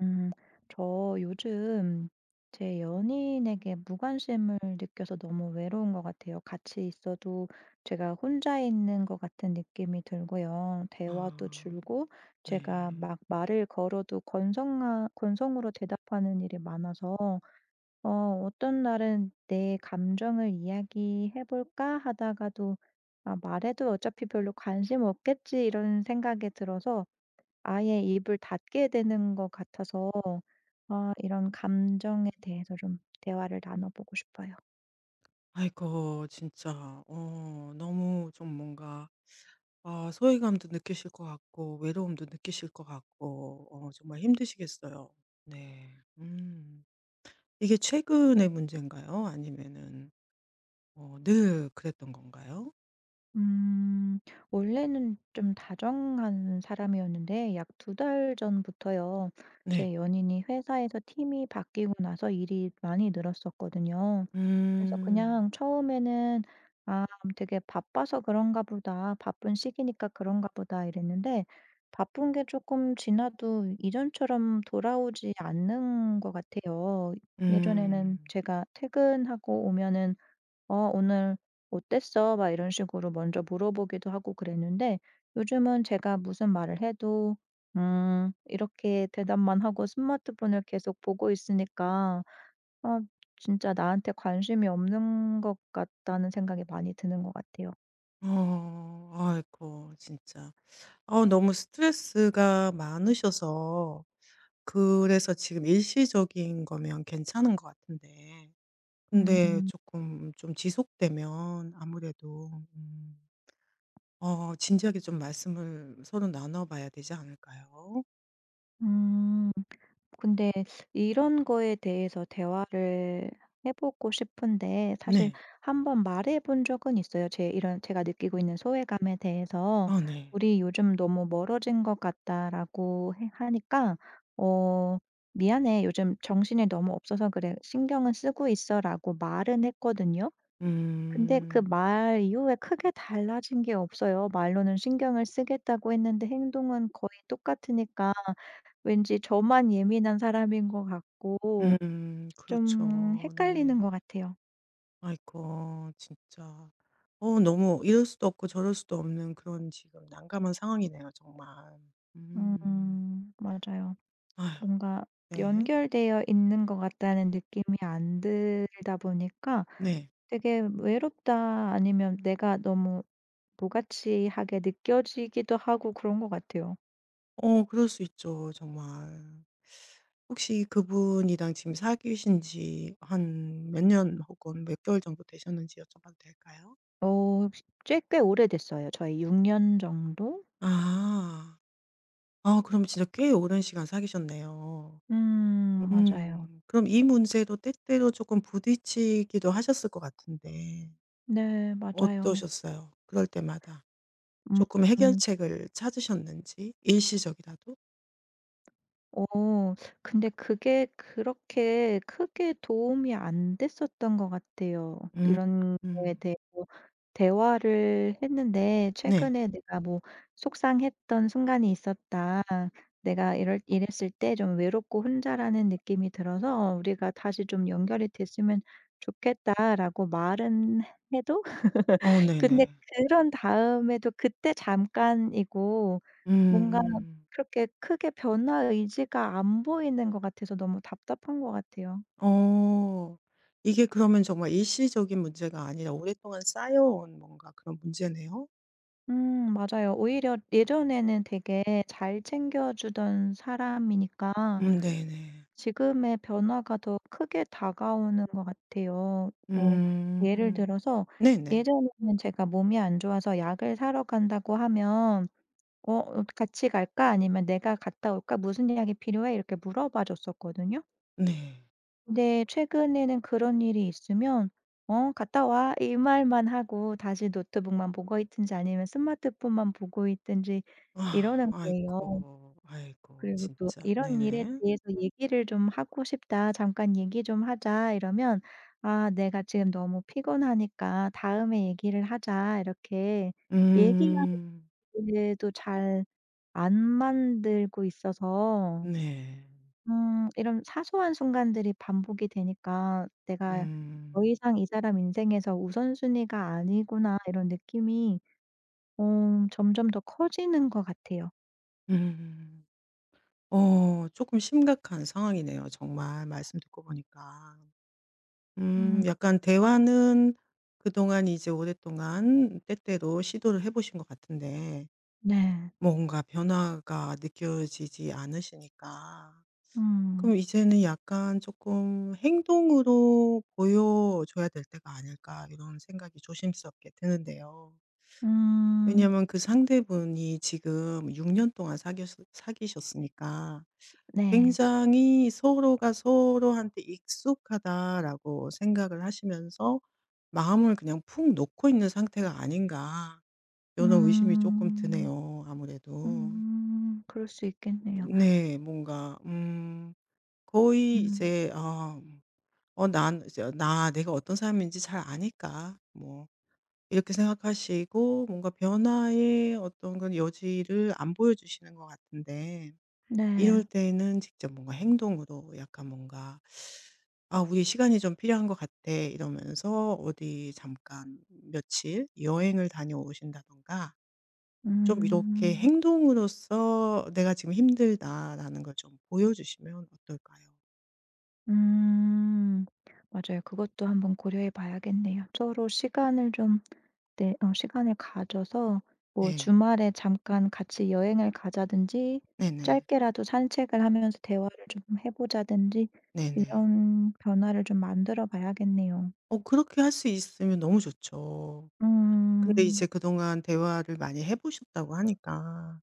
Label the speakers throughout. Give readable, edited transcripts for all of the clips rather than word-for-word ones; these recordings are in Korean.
Speaker 1: 음, 저 요즘 제 연인에게 무관심을 느껴서 너무 외로운 것 같아요. 같이 있어도 제가 혼자 있는 것 같은 느낌이 들고요. 대화도
Speaker 2: 아
Speaker 1: 줄고 제가
Speaker 2: 네.
Speaker 1: 막 말을 걸어도 건성으로 대답하는 일이 많아서 어, 어떤 날은 내 감정을 이야기해볼까 하다가도 말해도 어차피 별로 관심 없겠지 이런 생각이 들어서 아예 입을 닫게 되는 것 같아서 아 이런 감정에 대해서 좀 대화를 나눠보고 싶어요.
Speaker 2: 아이고 진짜. 어 너무 좀 뭔가 아 소외감도 느끼실 것 같고 외로움도 느끼실 것 같고 어 정말 힘드시겠어요. 네. 음. 이게 최근의 문제인가요? 아니면은 어 늘 그랬던 건가요?
Speaker 1: 음 원래는 좀 다정한 사람이었는데 약 두 달 전부터요.
Speaker 2: 네.
Speaker 1: 제 연인이 회사에서 팀이 바뀌고 나서 일이 많이 늘었었거든요. 그래서
Speaker 2: 음.
Speaker 1: 그냥 처음에는 '아 되게 바빠서 그런가 보다. 바쁜 시기니까 그런가 보다.' 이랬는데 바쁜 게 조금 지나도 이전처럼 돌아오지 않는 것 같아요. 예전에는
Speaker 2: 음.
Speaker 1: 제가 퇴근하고 오면은 "어 오늘 어땠어?" 막 이런 식으로 먼저 물어보기도 하고 그랬는데 요즘은 제가 무슨 말을 해도 이렇게 대답만 하고 스마트폰을 계속 보고 있으니까 아 진짜 나한테 관심이 없는 것 같다는 생각이 많이 드는 것 같아요.
Speaker 2: 어. 아이고 진짜. 어 너무 스트레스가 많으셔서 그래서 지금 일시적인 거면 괜찮은 것 같은데, 근데
Speaker 1: 음.
Speaker 2: 조금 좀 지속되면 아무래도 어 진지하게 좀 말씀을 서로 나눠 봐야 되지 않을까요?
Speaker 1: 음. 근데 이런 거에 대해서 대화를 해 보고 싶은데 사실
Speaker 2: 네.
Speaker 1: 한 번 말해 본 적은 있어요. 제 이런 제가 느끼고 있는 소외감에 대해서
Speaker 2: 아 네.
Speaker 1: "우리 요즘 너무 멀어진 것 같다."라고 해 하니까 어 "미안해. 요즘 정신이 너무 없어서 그래. 신경은 쓰고 있어."라고 말은 했거든요. 근데 그
Speaker 2: 음.
Speaker 1: 말 이후에 크게 달라진 게 없어요. 말로는 신경을 쓰겠다고 했는데 행동은 거의 똑같으니까 왠지 저만 예민한 사람인 것 같고 좀
Speaker 2: 그렇죠. 네.
Speaker 1: 헷갈리는 것 같아요.
Speaker 2: 아이고 진짜. 어 너무 이럴 수도 없고 저럴 수도 없는 그런 지금 난감한 상황이네요 정말. 음.
Speaker 1: 맞아요.
Speaker 2: 아휴.
Speaker 1: 뭔가
Speaker 2: 네.
Speaker 1: 연결되어 있는 것 같다는 느낌이 안 들다 보니까
Speaker 2: 네.
Speaker 1: 되게 외롭다 아니면 내가 너무 무가치하게 느껴지기도 하고 그런 것 같아요.
Speaker 2: 어 그럴 수 있죠 정말. 혹시 그분이랑 지금 사귀신 지 한 몇 년 혹은 몇 개월 정도 되셨는지 여쭤봐도 될까요?
Speaker 1: 어, 꽤 오래됐어요. 저희 6년 정도
Speaker 2: 아. 아 그럼 진짜 꽤 오랜 시간 사귀셨네요.
Speaker 1: 맞아요.
Speaker 2: 음. 그럼 이 문제도 때때로 쪼끔 부딪히기도 하셨을 것 같은데,
Speaker 1: 네 맞아요.
Speaker 2: 어떠셨어요? 그럴 때마다 쪼끔
Speaker 1: 음.
Speaker 2: 해결책을 찾으셨는지, 일시적이라도?
Speaker 1: 어 근데 그게 그렇게 크게 도움이 안 됐었던 것 같아요.
Speaker 2: 음.
Speaker 1: 이런 거에
Speaker 2: 음.
Speaker 1: 대해서 대화를 했는데
Speaker 2: 네.
Speaker 1: 최근에 내가 뭐 "속상했던 순간이 있었다. 내가 이럴 이랬을 때 좀 외롭고 혼자라는 느낌이 들어서 우리가 다시 좀 연결이 됐으면 좋겠다."라고 말은 해도
Speaker 2: 어 네네.
Speaker 1: 근데 그런 다음에도 그때 잠깐이고 뭔가
Speaker 2: 음음.
Speaker 1: 그렇게 크게 변화 의지가 안 보이는 것 같아서 너무 답답한 것 같아요.
Speaker 2: 어. 이게 그러면 정말 일시적인 문제가 아니라 오랫동안 쌓여온 뭔가 그런 문제네요.
Speaker 1: 맞아요. 오히려 예전에는 되게 잘 챙겨 주던 사람이니까
Speaker 2: 네네.
Speaker 1: 지금의 변화가 더 크게 다가오는 것 같아요. 뭐
Speaker 2: 음.
Speaker 1: 예를 들어서
Speaker 2: 네네.
Speaker 1: 예전에는 제가 몸이 안 좋아서 약을 사러 간다고 하면 "어 같이 갈까?" 아니면 "내가 갔다 올까? 무슨 약이 필요해?" 이렇게 물어봐 줬었거든요.
Speaker 2: 네.
Speaker 1: 근데 최근에는 그런 일이 있으면 "어 갔다 와." 이 말만 하고 다시 노트북만 보고 있든지 아니면 스마트폰만 보고 있든지
Speaker 2: 아
Speaker 1: 이러는
Speaker 2: 아이
Speaker 1: 거예요.
Speaker 2: 고 아이고
Speaker 1: 그리고 또
Speaker 2: 진짜.
Speaker 1: "이런 일에
Speaker 2: 네네.
Speaker 1: 대해서 얘기를 좀 하고 싶다. 잠깐 얘기 좀 하자." 이러면 "아 내가 지금 너무 피곤하니까 다음에 얘기를 하자." 이렇게
Speaker 2: 음.
Speaker 1: 얘기하기도 잘 안 만들고 있어서
Speaker 2: 네.
Speaker 1: 이런 사소한 순간들이 반복이 되니까 '내가 더
Speaker 2: 음.
Speaker 1: 이상 이 사람 인생에서 우선순위가 아니구나.' 이런 느낌이 어 점점 더 커지는 것 같아요.
Speaker 2: 음. 어 조금 심각한 상황이네요 정말 말씀 듣고 보니까.
Speaker 1: 음
Speaker 2: 약간 대화는 그동안 이제 오랫동안 때때로 시도를 해 보신 것 같은데
Speaker 1: 네.
Speaker 2: 뭔가 변화가 느껴지지 않으시니까
Speaker 1: 음.
Speaker 2: 그럼 이제는 약간 조금 '행동으로 보여줘야 될 때가 아닐까.' 이런 생각이 조심스럽게 드는데요.
Speaker 1: 음
Speaker 2: 왜냐하면 그 상대분이 지금 6년 동안 사귀었 사귀셨으니까
Speaker 1: 네.
Speaker 2: 굉장히 '서로가 서로한테 익숙하다.'라고 생각을 하시면서 마음을 그냥 푹 놓고 있는 상태가 아닌가, 이런 의심이 조금
Speaker 1: 음.
Speaker 2: 드네요 아무래도.
Speaker 1: 음. 그럴 수 있겠네요.
Speaker 2: 네. 뭔가 거의
Speaker 1: 음
Speaker 2: 이제 어 어 난 이제 '나 내가 어떤 사람인지 잘 아니까.' 뭐 이렇게 생각하시고 뭔가 변화의 어떤 그런 여지를 안 보여주시는 것 같은데, 이럴
Speaker 1: 네.
Speaker 2: 때는 직접 뭔가 행동으로 약간 뭔가 '아 우리 시간이 좀 필요한 것 같아.' 이러면서 어디 잠깐 며칠 여행을 다녀오신다든가 좀 이렇게
Speaker 1: 음.
Speaker 2: 행동으로써 '내가 지금 힘들다.'라는 걸 좀 보여주시면 어떨까요?
Speaker 1: 음. 맞아요. 그것도 한번 고려해 봐야겠네요. 서로 시간을 좀 네 어 시간을 가져서 뭐
Speaker 2: 네.
Speaker 1: 주말에 잠깐 같이 여행을 가자든지
Speaker 2: 네네.
Speaker 1: 짧게라도 산책을 하면서 대화를 좀 해 보자든지
Speaker 2: 네네.
Speaker 1: 이런 변화를 좀 만들어 봐야겠네요.
Speaker 2: 어 그렇게 할 수 있으면 너무 좋죠. 근데 이제
Speaker 1: 음.
Speaker 2: 그동안 대화를 많이 해 보셨다고 하니까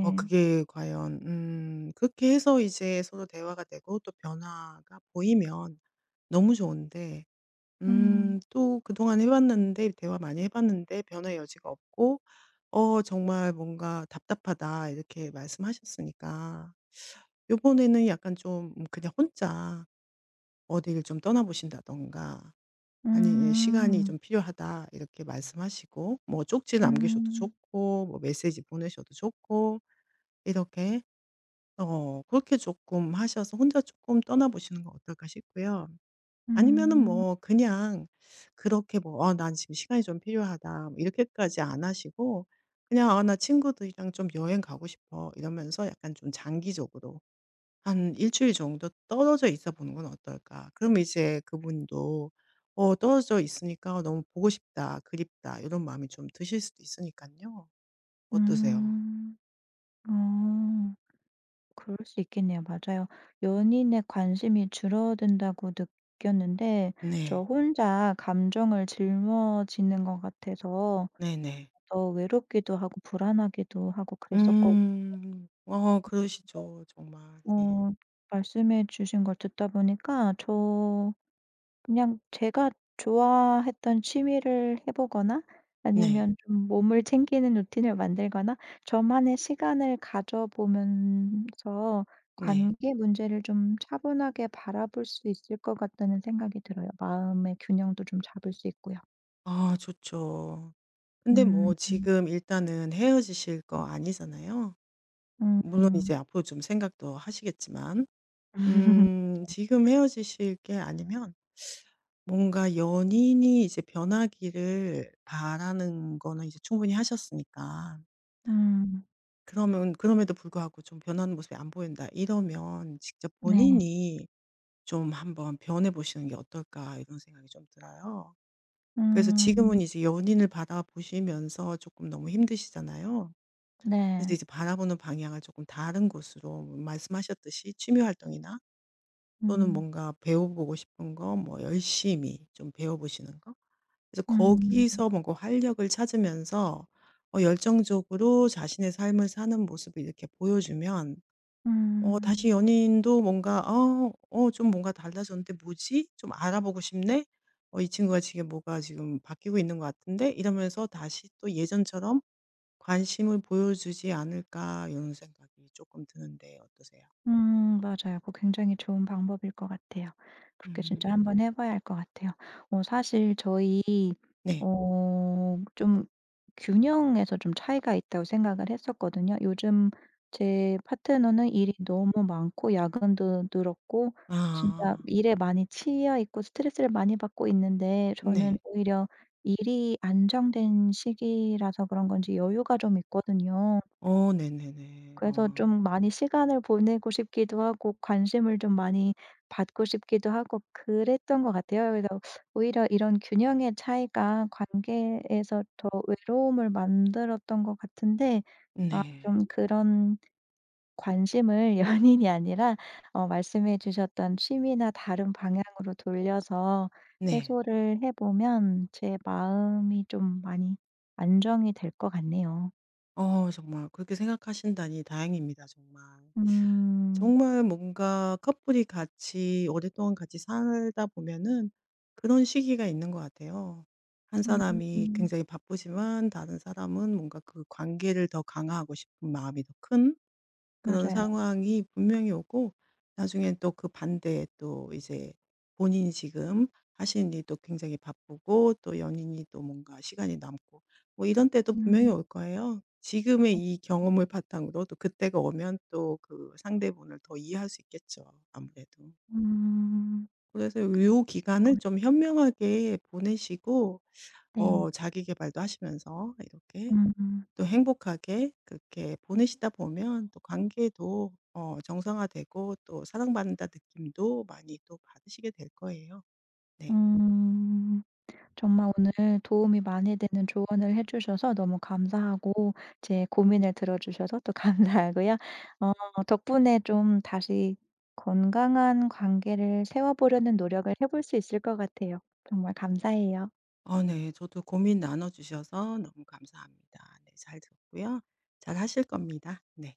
Speaker 2: 어 그게 과연 그렇게 해서 이제 서로 대화가 되고 또 변화가 보이면 너무 좋은데,
Speaker 1: 음.
Speaker 2: 또 그동안 해 봤는데 대화 많이 해 봤는데 변화의 여지가 없고 어 정말 뭔가 "답답하다." 이렇게 말씀하셨으니까 요번에는 약간 좀 그냥 혼자 어디를 좀 떠나 보신다든가, 아니 "시간이
Speaker 1: 음.
Speaker 2: 좀 필요하다." 이렇게 말씀하시고 뭐 쪽지 남기셔도
Speaker 1: 음.
Speaker 2: 좋고 뭐 메시지 보내셔도 좋고 이렇게 어 그렇게 조금 하셔서 혼자 조금 떠나 보시는 건 어떨까 싶고요. 아니면은
Speaker 1: 음.
Speaker 2: 뭐 그냥 그렇게 뭐 '아 난 지금 시간이 좀 필요하다.' 뭐 이렇게까지 안 하시고 그냥 '아 나 친구들이랑 좀 여행 가고 싶어.' 이러면서 약간 좀 장기적으로 한 일 주일 정도 떨어져 있어 보는 건 어떨까? 그럼 이제 그분도 어 떨어져 있으니까 '아 너무 보고 싶다. 그립다.' 이런 마음이 좀 드실 수도 있으니까요, 어떠세요?
Speaker 1: 음. 어. 그럴 수 있겠네요. 맞아요. 연인의 관심이 줄어든다고 느꼈는데 저
Speaker 2: 네.
Speaker 1: 혼자 감정을 짊어지는 것 같아서
Speaker 2: 네네.
Speaker 1: 더 외롭기도 하고 불안하기도 하고 그랬었고
Speaker 2: 음. 어 그러시죠. 정말. 네.
Speaker 1: 어 말씀해 주신 걸 듣다 보니까 그냥 제가 좋아했던 취미를 해 보거나
Speaker 2: 네.
Speaker 1: 아니면 좀 몸을 챙기는 루틴을 만들거나 저만의 시간을 가져 보면서
Speaker 2: 네.
Speaker 1: 관계 문제를 좀 차분하게 바라볼 수 있을 것 같다는 생각이 들어요. 마음의 균형도 좀 잡을 수 있고요.
Speaker 2: 아 좋죠. 근데
Speaker 1: 음.
Speaker 2: 뭐
Speaker 1: 음.
Speaker 2: 지금 일단은 헤어지실 거 아니잖아요. 물론
Speaker 1: 음.
Speaker 2: 이제 앞으로 좀 생각도 하시겠지만. 지금 헤어지실 게 아니면 뭔가 연인이 이제 변하기를 바라는 거는 이제 충분히 하셨으니까.
Speaker 1: 음,
Speaker 2: 그러면 그럼에도 불구하고 좀 '변하는 모습이 안 보인다.' 이러면 직접
Speaker 1: 네.
Speaker 2: 본인이 좀 '한번 변해 보시는 게 어떨까.' 이런 생각이 좀 들어요. 그래서 지금은
Speaker 1: 음.
Speaker 2: 이제 연인을 바라보시면서 조금 너무 힘드시잖아요. 그래서
Speaker 1: 네.
Speaker 2: 이제 바라보는 방향을 조금 다른 곳으로 뭐 말씀하셨듯이 취미 활동이나 또는
Speaker 1: 음.
Speaker 2: 뭔가 배워보고 싶은 거 뭐 열심히 좀 배워보시는 거, 그래서
Speaker 1: 음.
Speaker 2: 거기서 뭔가 활력을 찾으면서 어 열정적으로 자신의 삶을 사는 모습을 이렇게 보여주면 어
Speaker 1: 음.
Speaker 2: 다시 연인도 뭔가 '어 어 좀 뭔가 달라졌는데 뭐지? 좀 알아보고 싶네. 어 이 친구가 지금 뭐가 지금 바뀌고 있는 것 같은데?' 이러면서 다시 또 예전처럼 관심을 보여주지 않을까, 이런 생각이 조금 드는데 어떠세요?
Speaker 1: 맞아요. 그거 굉장히 좋은 방법일 것 같아요. 그렇게 진짜
Speaker 2: 음.
Speaker 1: 한번 해 봐야 할 것 같아요. 어 사실 저희
Speaker 2: 네.
Speaker 1: 어 좀 균형에서 좀 차이가 있다고 생각을 했었거든요. 요즘 제 파트너는 일이 너무 많고 야근도 늘었고 진짜
Speaker 2: 아.
Speaker 1: 일에 많이 치여 있고 스트레스를 많이 받고 있는데 저는
Speaker 2: 네.
Speaker 1: 오히려 일이 안정된 시기라서 그런 건지 여유가 좀 있거든요.
Speaker 2: 어 네네네.
Speaker 1: 그래서
Speaker 2: 어.
Speaker 1: 좀 많이 시간을 보내고 싶기도 하고 관심을 좀 많이 받고 싶기도 하고 그랬던 것 같아요. 그래서 오히려 이런 균형의 차이가 관계에서 더 외로움을 만들었던 것 같은데 아 좀
Speaker 2: 네.
Speaker 1: 그런 관심을 연인이 아니라 어 말씀해 주셨던 취미나 다른 방향으로 돌려서
Speaker 2: 네.
Speaker 1: 해소를 해 보면 제 마음이 좀 많이 안정이 될 것 같네요.
Speaker 2: 어 정말 그렇게 생각하신다니 다행입니다 정말.
Speaker 1: 음.
Speaker 2: 정말 뭔가 커플이 같이 오랫동안 같이 살다 보면은 그런 시기가 있는 것 같아요. 한
Speaker 1: 음
Speaker 2: 사람이
Speaker 1: 음,
Speaker 2: 굉장히 바쁘지만 다른 사람은 뭔가 그 관계를 더 강화하고 싶은 마음이 더큰 그런
Speaker 1: 맞아요.
Speaker 2: 상황이 분명히 오고 나중엔 또 그 반대에 또 이제 본인이 지금 하시는 일도 굉장히 바쁘고 또 연인이 또 뭔가 시간이 남고 뭐 이런 때도 분명히
Speaker 1: 음.
Speaker 2: 올 거예요. 지금의 이 경험을 바탕으로 또 그때가 오면 또 그 상대분을 더 이해할 수 있겠죠. 아무래도.
Speaker 1: 음.
Speaker 2: 그래서 요
Speaker 1: 그
Speaker 2: 기간을 좀 현명하게 보내시고
Speaker 1: 네.
Speaker 2: 어 자기 계발도 하시면서 이렇게
Speaker 1: 음.
Speaker 2: 또 행복하게 그렇게 보내시다 보면 또 관계도 어 정상화되고 또 사랑받는다 느낌도 많이 또 받으시게 될 거예요. 네.
Speaker 1: 음. 정말 오늘 도움이 많이 되는 조언을 해 주셔서 너무 감사하고 제 고민을 들어 주셔서 또 감사하고요. 어 덕분에 좀 다시 건강한 관계를 세워 보려는 노력을 해볼 수 있을 것 같아요. 정말 감사해요.
Speaker 2: 어 네. 저도 고민 나눠 주셔서 너무 감사합니다. 네. 잘 들었고요. 잘 하실 겁니다. 네.